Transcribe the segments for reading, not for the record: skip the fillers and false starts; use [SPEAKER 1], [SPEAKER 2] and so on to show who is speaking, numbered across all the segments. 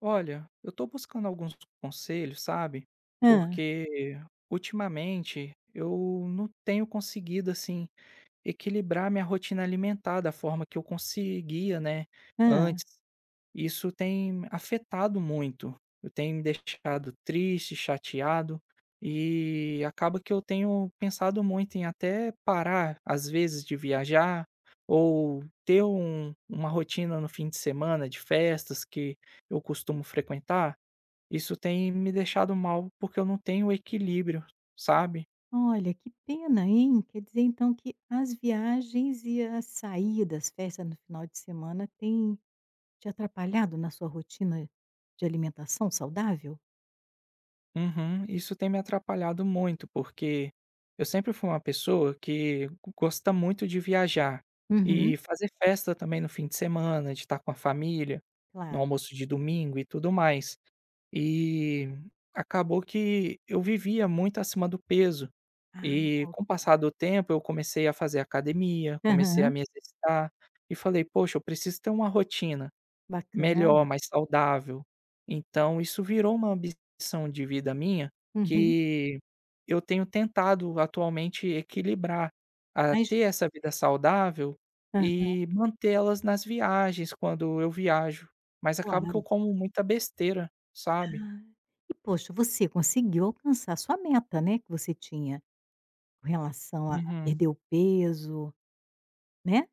[SPEAKER 1] Olha, eu tô buscando alguns conselhos, sabe?
[SPEAKER 2] Hã,
[SPEAKER 1] Porque ultimamente eu não tenho conseguido assim equilibrar minha rotina alimentar da forma que eu conseguia, né,
[SPEAKER 2] hã.
[SPEAKER 1] antes. Isso tem me afetado muito, eu tenho me deixado triste, chateado e acaba que eu tenho pensado muito em até parar, às vezes, de viajar ou ter uma rotina no fim de semana de festas que eu costumo frequentar. Isso tem me deixado mal, porque eu não tenho equilíbrio, sabe?
[SPEAKER 2] Olha, que pena, hein. Quer dizer então que as viagens e as saídas, festa no final de semana tem te atrapalhado na sua rotina de alimentação saudável?
[SPEAKER 1] Uhum. Isso tem me atrapalhado muito, porque eu sempre fui uma pessoa que gosta muito de viajar
[SPEAKER 2] Uhum.
[SPEAKER 1] e fazer festa também no fim de semana, de estar com a família, no
[SPEAKER 2] Claro.
[SPEAKER 1] almoço de domingo e tudo mais. E acabou que eu vivia muito acima do peso.
[SPEAKER 2] Ah,
[SPEAKER 1] E com o
[SPEAKER 2] ok.
[SPEAKER 1] passar do tempo, eu comecei a fazer academia, comecei a
[SPEAKER 2] Aham.
[SPEAKER 1] me exercitar e falei: poxa, eu preciso ter uma rotina
[SPEAKER 2] Bacana.
[SPEAKER 1] melhor, mais saudável. Então isso virou uma ambição de vida minha,
[SPEAKER 2] Uhum.
[SPEAKER 1] que eu tenho tentado atualmente equilibrar, a
[SPEAKER 2] Mas
[SPEAKER 1] ter essa vida saudável
[SPEAKER 2] hã,
[SPEAKER 1] e mantê-las nas viagens, quando eu viajo, mas acaba que
[SPEAKER 2] claro.
[SPEAKER 1] eu como muita besteira, sabe.
[SPEAKER 2] Ah, e poxa, você conseguiu alcançar a sua meta, né, que você tinha com relação a
[SPEAKER 1] Uhum.
[SPEAKER 2] perder o peso, né.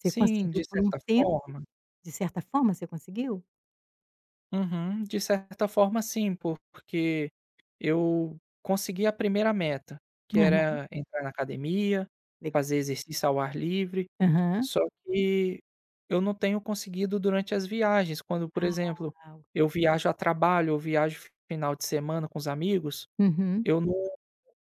[SPEAKER 2] Você
[SPEAKER 1] Sim,
[SPEAKER 2] conseguiu
[SPEAKER 1] de
[SPEAKER 2] por um
[SPEAKER 1] certa
[SPEAKER 2] tempo,
[SPEAKER 1] forma.
[SPEAKER 2] de certa forma você conseguiu?
[SPEAKER 1] Uhum. De certa forma sim, porque eu consegui a primeira meta, que era entrar na academia,
[SPEAKER 2] Legal.
[SPEAKER 1] fazer exercício ao ar livre,
[SPEAKER 2] Aham.
[SPEAKER 1] só que eu não tenho conseguido durante as viagens, quando, por exemplo,
[SPEAKER 2] Ah,
[SPEAKER 1] eu viajo a trabalho ou viajo final de semana com os amigos,
[SPEAKER 2] uhum,
[SPEAKER 1] eu não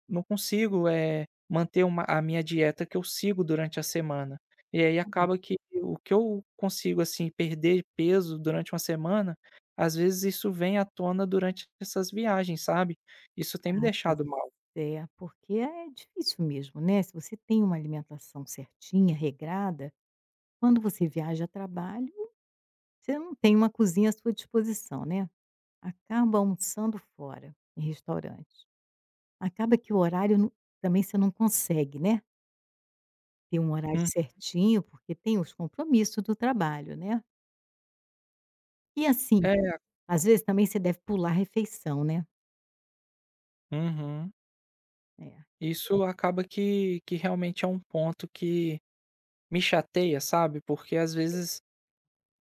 [SPEAKER 1] não consigo, é manter uma a minha dieta que eu sigo durante a semana. E aí
[SPEAKER 2] hum,
[SPEAKER 1] acaba que o que eu consigo, assim, perder peso durante uma semana, às vezes isso vem à tona durante essas viagens, sabe. Isso tem me
[SPEAKER 2] tá, pois
[SPEAKER 1] deixado mal.
[SPEAKER 2] é, porque é difícil mesmo, né, se você tem uma alimentação certinha, regrada, quando você viaja a trabalho, você não tem uma cozinha à sua disposição, né, acaba almoçando fora, em restaurante. Acaba que o horário não, também você não consegue, né, ter um horário
[SPEAKER 1] Hum.
[SPEAKER 2] certinho, porque tem os compromissos do trabalho, né. E assim,
[SPEAKER 1] É.
[SPEAKER 2] às vezes também você deve pular a refeição, né.
[SPEAKER 1] Uhum.
[SPEAKER 2] É.
[SPEAKER 1] Isso acaba que realmente é um ponto que me chateia, sabe, porque às vezes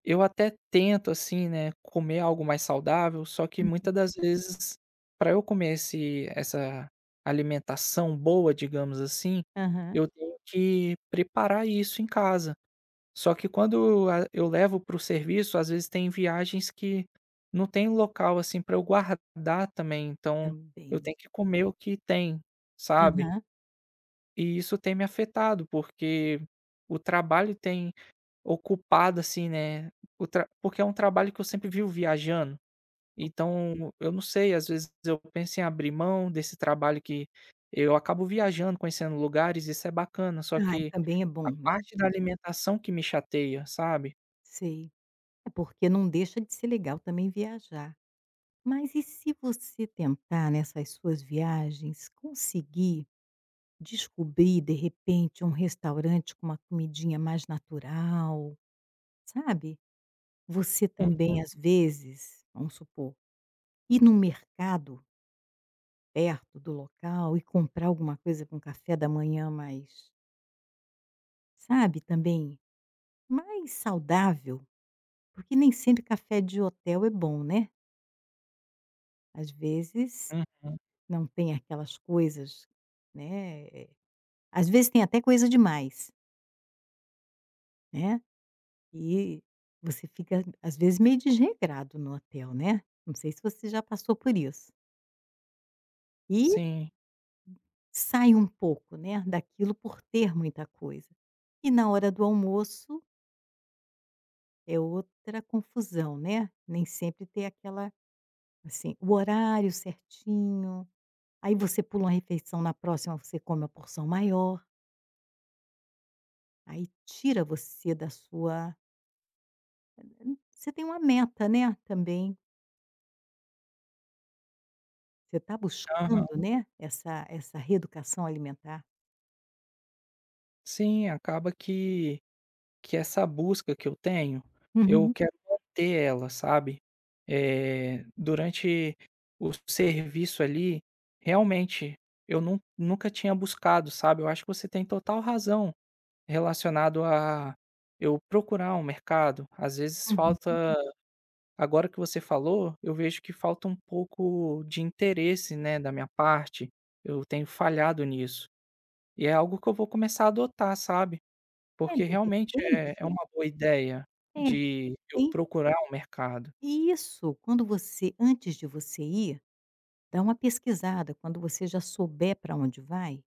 [SPEAKER 1] eu até tento, assim, né, comer algo mais saudável, só que muitas das vezes, para eu comer esse essa alimentação boa, digamos assim,
[SPEAKER 2] Aham.
[SPEAKER 1] eu tenho que preparar isso em casa. Só que quando a eu levo para o serviço, às vezes tem viagens que não tem local, assim, para eu guardar também, então eu
[SPEAKER 2] Também.
[SPEAKER 1] tenho que comer o que tem, sabe.
[SPEAKER 2] Aham.
[SPEAKER 1] E isso tem me afetado, porque o trabalho tem ocupado, assim, né, o tra porque é um trabalho que eu sempre vivo viajando, então eu não sei, às vezes eu penso em abrir mão desse trabalho que eu acabo viajando, conhecendo lugares, isso é bacana, só
[SPEAKER 2] Ah,
[SPEAKER 1] que
[SPEAKER 2] também é bom,
[SPEAKER 1] a
[SPEAKER 2] né.
[SPEAKER 1] parte da alimentação que me chateia, sabe.
[SPEAKER 2] Sei. É porque não deixa de ser legal também viajar. Mas e se você tentar nessas suas viagens conseguir descobrir, de repente, um restaurante com uma comidinha mais natural, sabe. Você
[SPEAKER 1] Hum,
[SPEAKER 2] também, às vezes, vamos supor, ir num mercado perto do local e comprar alguma coisa para um café da manhã mais, sabe, também mais saudável, porque nem sempre café de hotel é bom, né. Às vezes
[SPEAKER 1] uhum.
[SPEAKER 2] não tem aquelas coisas, né, às vezes tem até coisa demais, né, e você fica, às vezes, meio desregrado no hotel, né. Não sei se você já passou por isso. E
[SPEAKER 1] Sim,
[SPEAKER 2] sai um pouco, né, daquilo por ter muita coisa. E na hora do almoço é outra confusão, né, nem sempre tem aquela assim, o horário certinho, aí você pula uma refeição, na próxima você come a porção maior. Aí tira você da sua, você tem uma meta, né, também. Você está buscando,
[SPEAKER 1] aham.
[SPEAKER 2] né, essa reeducação alimentar.
[SPEAKER 1] Sim, acaba que essa busca que eu tenho, eu
[SPEAKER 2] Uhum,
[SPEAKER 1] quero manter ela, sabe. Durante o serviço ali, realmente, eu nunca tinha buscado, sabe. Eu acho que você tem total razão relacionado a eu procurar um mercado. Às vezes
[SPEAKER 2] uhum.
[SPEAKER 1] falta agora que você falou, eu vejo que falta um pouco de interesse, né, da minha parte. Eu tenho falhado nisso. E é algo que eu vou começar a adotar, sabe.
[SPEAKER 2] É,
[SPEAKER 1] Porque
[SPEAKER 2] de
[SPEAKER 1] realmente é
[SPEAKER 2] repente
[SPEAKER 1] uma boa ideia
[SPEAKER 2] é, de
[SPEAKER 1] de eu
[SPEAKER 2] repente
[SPEAKER 1] procurar um mercado.
[SPEAKER 2] e isso, quando você antes de você ir, dá uma pesquisada, quando você já souber para onde vai,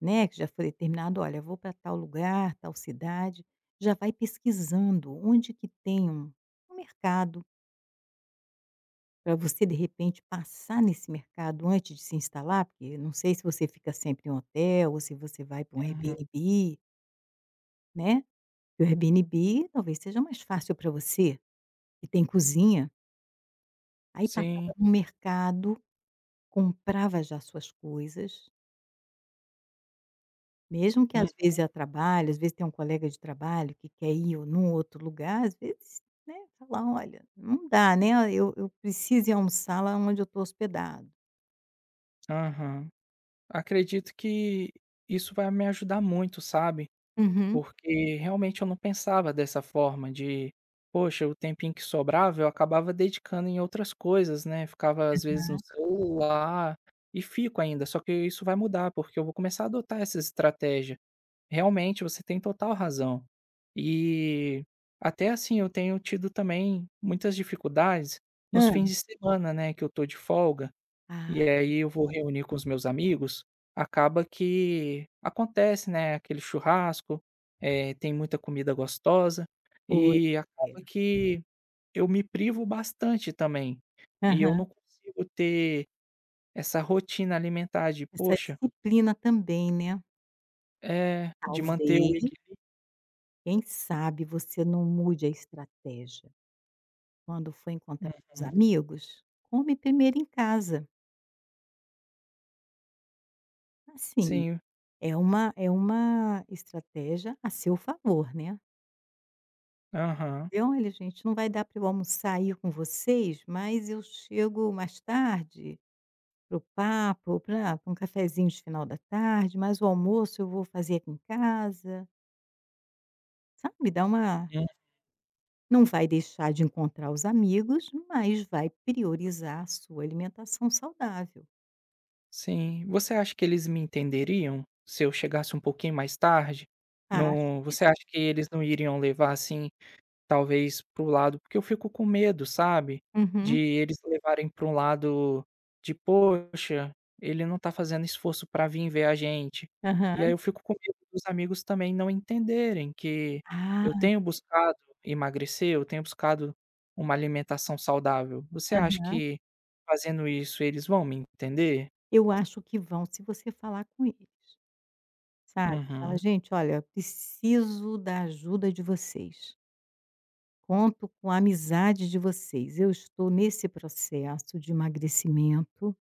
[SPEAKER 2] né, que já foi determinado: "Olha, vou para tal lugar, tal cidade", já vai pesquisando onde que tem um mercado para você, de repente, passar nesse mercado antes de se instalar, porque não sei se você fica sempre em hotel ou se você vai para um
[SPEAKER 1] Uhum.
[SPEAKER 2] Airbnb, né. E o Airbnb talvez seja mais fácil para você, que tem cozinha. Aí passava
[SPEAKER 1] Sim.
[SPEAKER 2] no mercado, comprava já suas coisas, mesmo que
[SPEAKER 1] Hum.
[SPEAKER 2] às vezes é a trabalho, às vezes tem um colega de trabalho que quer ir ou num outro lugar, às vezes, né, fala: "Olha, não dá, né, eu preciso ir almoçar lá onde eu tô hospedado".
[SPEAKER 1] Aham. Acredito que isso vai me ajudar muito, sabe,
[SPEAKER 2] Uhum.
[SPEAKER 1] porque realmente eu não pensava dessa forma de, poxa, o tempinho que sobrava eu acabava dedicando em outras coisas, né, ficava às vezes no celular, e fico ainda, só que isso vai mudar, porque eu vou começar a adotar essa estratégia. Realmente, você tem total razão. E até assim, eu tenho tido também muitas dificuldades nos
[SPEAKER 2] Hã.
[SPEAKER 1] fins de semana, né, que eu tô de folga,
[SPEAKER 2] Ah,
[SPEAKER 1] e aí eu vou reunir com os meus amigos, acaba que acontece, né, aquele churrasco, tem muita comida gostosa,
[SPEAKER 2] pois
[SPEAKER 1] e
[SPEAKER 2] é.
[SPEAKER 1] acaba que eu me privo bastante também. E eu
[SPEAKER 2] Aham.
[SPEAKER 1] não consigo ter essa rotina alimentar de,
[SPEAKER 2] Essa
[SPEAKER 1] poxa,
[SPEAKER 2] disciplina também, né.
[SPEAKER 1] é, de manter
[SPEAKER 2] Talvez,
[SPEAKER 1] o equilíbrio.
[SPEAKER 2] quem sabe você não mude a estratégia. Quando for encontrar com os
[SPEAKER 1] Uhum.
[SPEAKER 2] amigos, come primeiro em casa. Assim,
[SPEAKER 1] Sim.
[SPEAKER 2] é uma estratégia a seu favor, né.
[SPEAKER 1] Aham.
[SPEAKER 2] E: "Olha gente, não vai dar para eu almoçar aí com vocês, mas eu chego mais tarde para o papo, pra um cafezinho de final da tarde, mas o almoço eu vou fazer aqui em casa". Sabe, dá uma.
[SPEAKER 1] Hum,
[SPEAKER 2] Não vai deixar de encontrar os amigos, mas vai priorizar a sua alimentação saudável.
[SPEAKER 1] sim. Você acha que eles me entenderiam se eu chegasse um pouquinho mais tarde?
[SPEAKER 2] Acho
[SPEAKER 1] Não,
[SPEAKER 2] que
[SPEAKER 1] você
[SPEAKER 2] sim.
[SPEAKER 1] acha que eles não iriam levar assim talvez para o lado, porque eu fico com medo, sabe, de
[SPEAKER 2] Uhum.
[SPEAKER 1] eles levarem para um lado de: "Poxa, ele não tá fazendo esforço para vim ver a gente". E aí
[SPEAKER 2] Aham.
[SPEAKER 1] eu fico com medo dos amigos também não entenderem que eu
[SPEAKER 2] Ah,
[SPEAKER 1] tenho buscado emagrecer, eu tenho buscado uma alimentação saudável. Você acha
[SPEAKER 2] aham.
[SPEAKER 1] que fazendo isso eles vão me entender?
[SPEAKER 2] Eu acho que vão se você falar com eles, sabe. Fala:
[SPEAKER 1] Uhum,
[SPEAKER 2] "Gente, olha, preciso da ajuda de vocês. Conto com a amizade de vocês. Eu estou nesse processo de emagrecimento.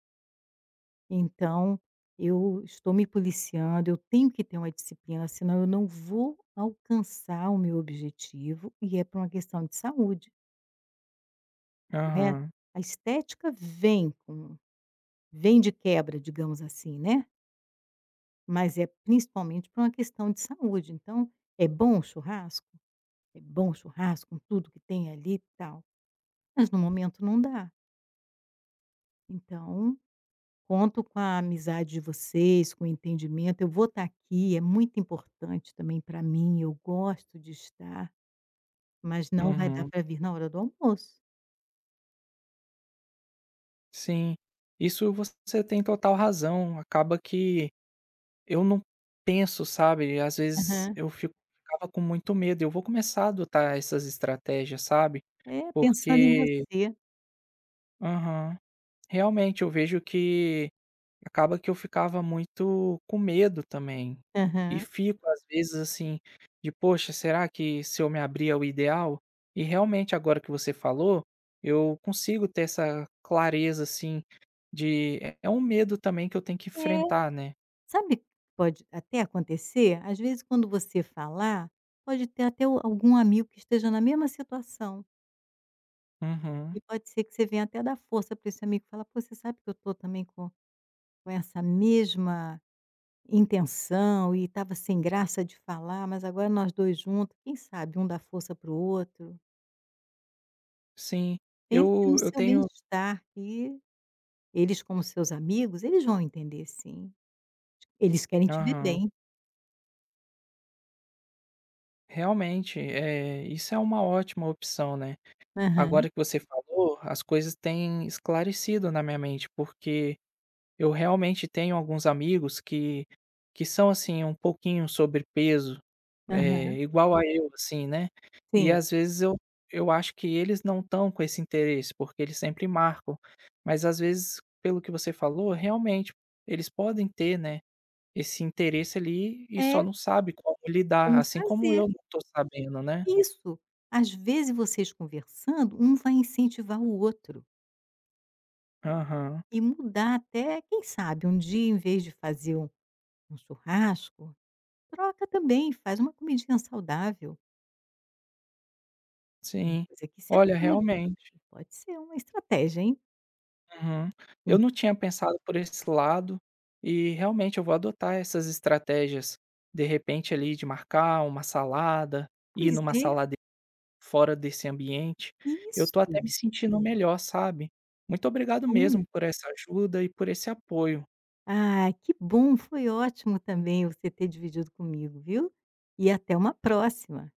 [SPEAKER 2] Então, eu estou me policiando, eu tenho que ter uma disciplina, senão eu não vou alcançar o meu objetivo, e é por uma questão de saúde, não é.
[SPEAKER 1] aham,
[SPEAKER 2] A estética vem de quebra, digamos assim, né, mas é principalmente por uma questão de saúde. Então, é bom o churrasco? É bom o churrasco com tudo que tem ali e tal, mas no momento não dá. Então, conto com a amizade de vocês, com o entendimento. Eu vou estar aqui, é muito importante também para mim, eu gosto de estar, mas não vai dar
[SPEAKER 1] uhum,
[SPEAKER 2] para vir na hora do almoço.
[SPEAKER 1] sim. Isso você tem total razão, acaba que eu não penso, sabe, às vezes
[SPEAKER 2] Aham.
[SPEAKER 1] eu fico ficava com muito medo, eu vou começar a adotar essas estratégias, sabe,
[SPEAKER 2] É, pensando em
[SPEAKER 1] porque
[SPEAKER 2] você.
[SPEAKER 1] aham. Realmente eu vejo que acaba que eu ficava muito com medo também, e
[SPEAKER 2] Aham.
[SPEAKER 1] fico às vezes, assim, de: "Poxa, será que se eu me abrir é o ideal?". E realmente agora que você falou, eu consigo ter essa clareza, assim, de é um medo também que eu tenho que
[SPEAKER 2] É,
[SPEAKER 1] enfrentar, né.
[SPEAKER 2] sabe o que pode até acontecer? Às vezes, quando você falar, pode ter até o algum amigo que esteja na mesma situação,
[SPEAKER 1] Uhum.
[SPEAKER 2] e pode ser que você venha até dar força para esse amigo, e falar: "Pô, você sabe que eu estou também com essa mesma" intenção e estava sem graça de falar, mas agora nós 2 juntos, quem sabe um dá força para o outro.
[SPEAKER 1] Sim,
[SPEAKER 2] Pense no
[SPEAKER 1] eu
[SPEAKER 2] seu
[SPEAKER 1] tenho
[SPEAKER 2] bem-estar e eles como seus amigos, eles vão entender sim. Eles querem te ver
[SPEAKER 1] aham.
[SPEAKER 2] bem.
[SPEAKER 1] Realmente, isso é uma ótima opção, né.
[SPEAKER 2] Aham,
[SPEAKER 1] Agora que você falou, as coisas têm esclarecido na minha mente, porque eu realmente tenho alguns amigos que são, assim, um pouquinho sobrepeso,
[SPEAKER 2] aham.
[SPEAKER 1] é igual a eu, assim, né. E
[SPEAKER 2] Sim.
[SPEAKER 1] às vezes eu acho que eles não estão com esse interesse, porque eles sempre marcam, mas às vezes, pelo que você falou, realmente, eles podem ter, né. Esse interesse ali e só
[SPEAKER 2] É,
[SPEAKER 1] não sabe como lidar,
[SPEAKER 2] como
[SPEAKER 1] assim como
[SPEAKER 2] fazer.
[SPEAKER 1] eu não tô sabendo, né.
[SPEAKER 2] Isso. Às vezes vocês conversando, um vai incentivar o outro
[SPEAKER 1] Aham,
[SPEAKER 2] e mudar até, quem sabe, um dia em vez de fazer um churrasco, troca também, faz uma comidinha saudável. Uma
[SPEAKER 1] sim.
[SPEAKER 2] coisa que se
[SPEAKER 1] Olha,
[SPEAKER 2] ajude
[SPEAKER 1] realmente.
[SPEAKER 2] também, pode ser uma estratégia, hein.
[SPEAKER 1] Uhum. Eu
[SPEAKER 2] Em,
[SPEAKER 1] não tinha pensado por esse lado e realmente eu vou adotar essas estratégias, de repente ali de marcar uma salada, ir
[SPEAKER 2] pois
[SPEAKER 1] numa
[SPEAKER 2] é,
[SPEAKER 1] salada fora desse ambiente. Eu tô
[SPEAKER 2] isso,
[SPEAKER 1] até me sentindo melhor, sabe. Muito
[SPEAKER 2] que
[SPEAKER 1] obrigado
[SPEAKER 2] bom.
[SPEAKER 1] mesmo por essa ajuda e por esse apoio.
[SPEAKER 2] Ah, que bom, foi ótimo também você ter dividido comigo, viu. E até uma próxima.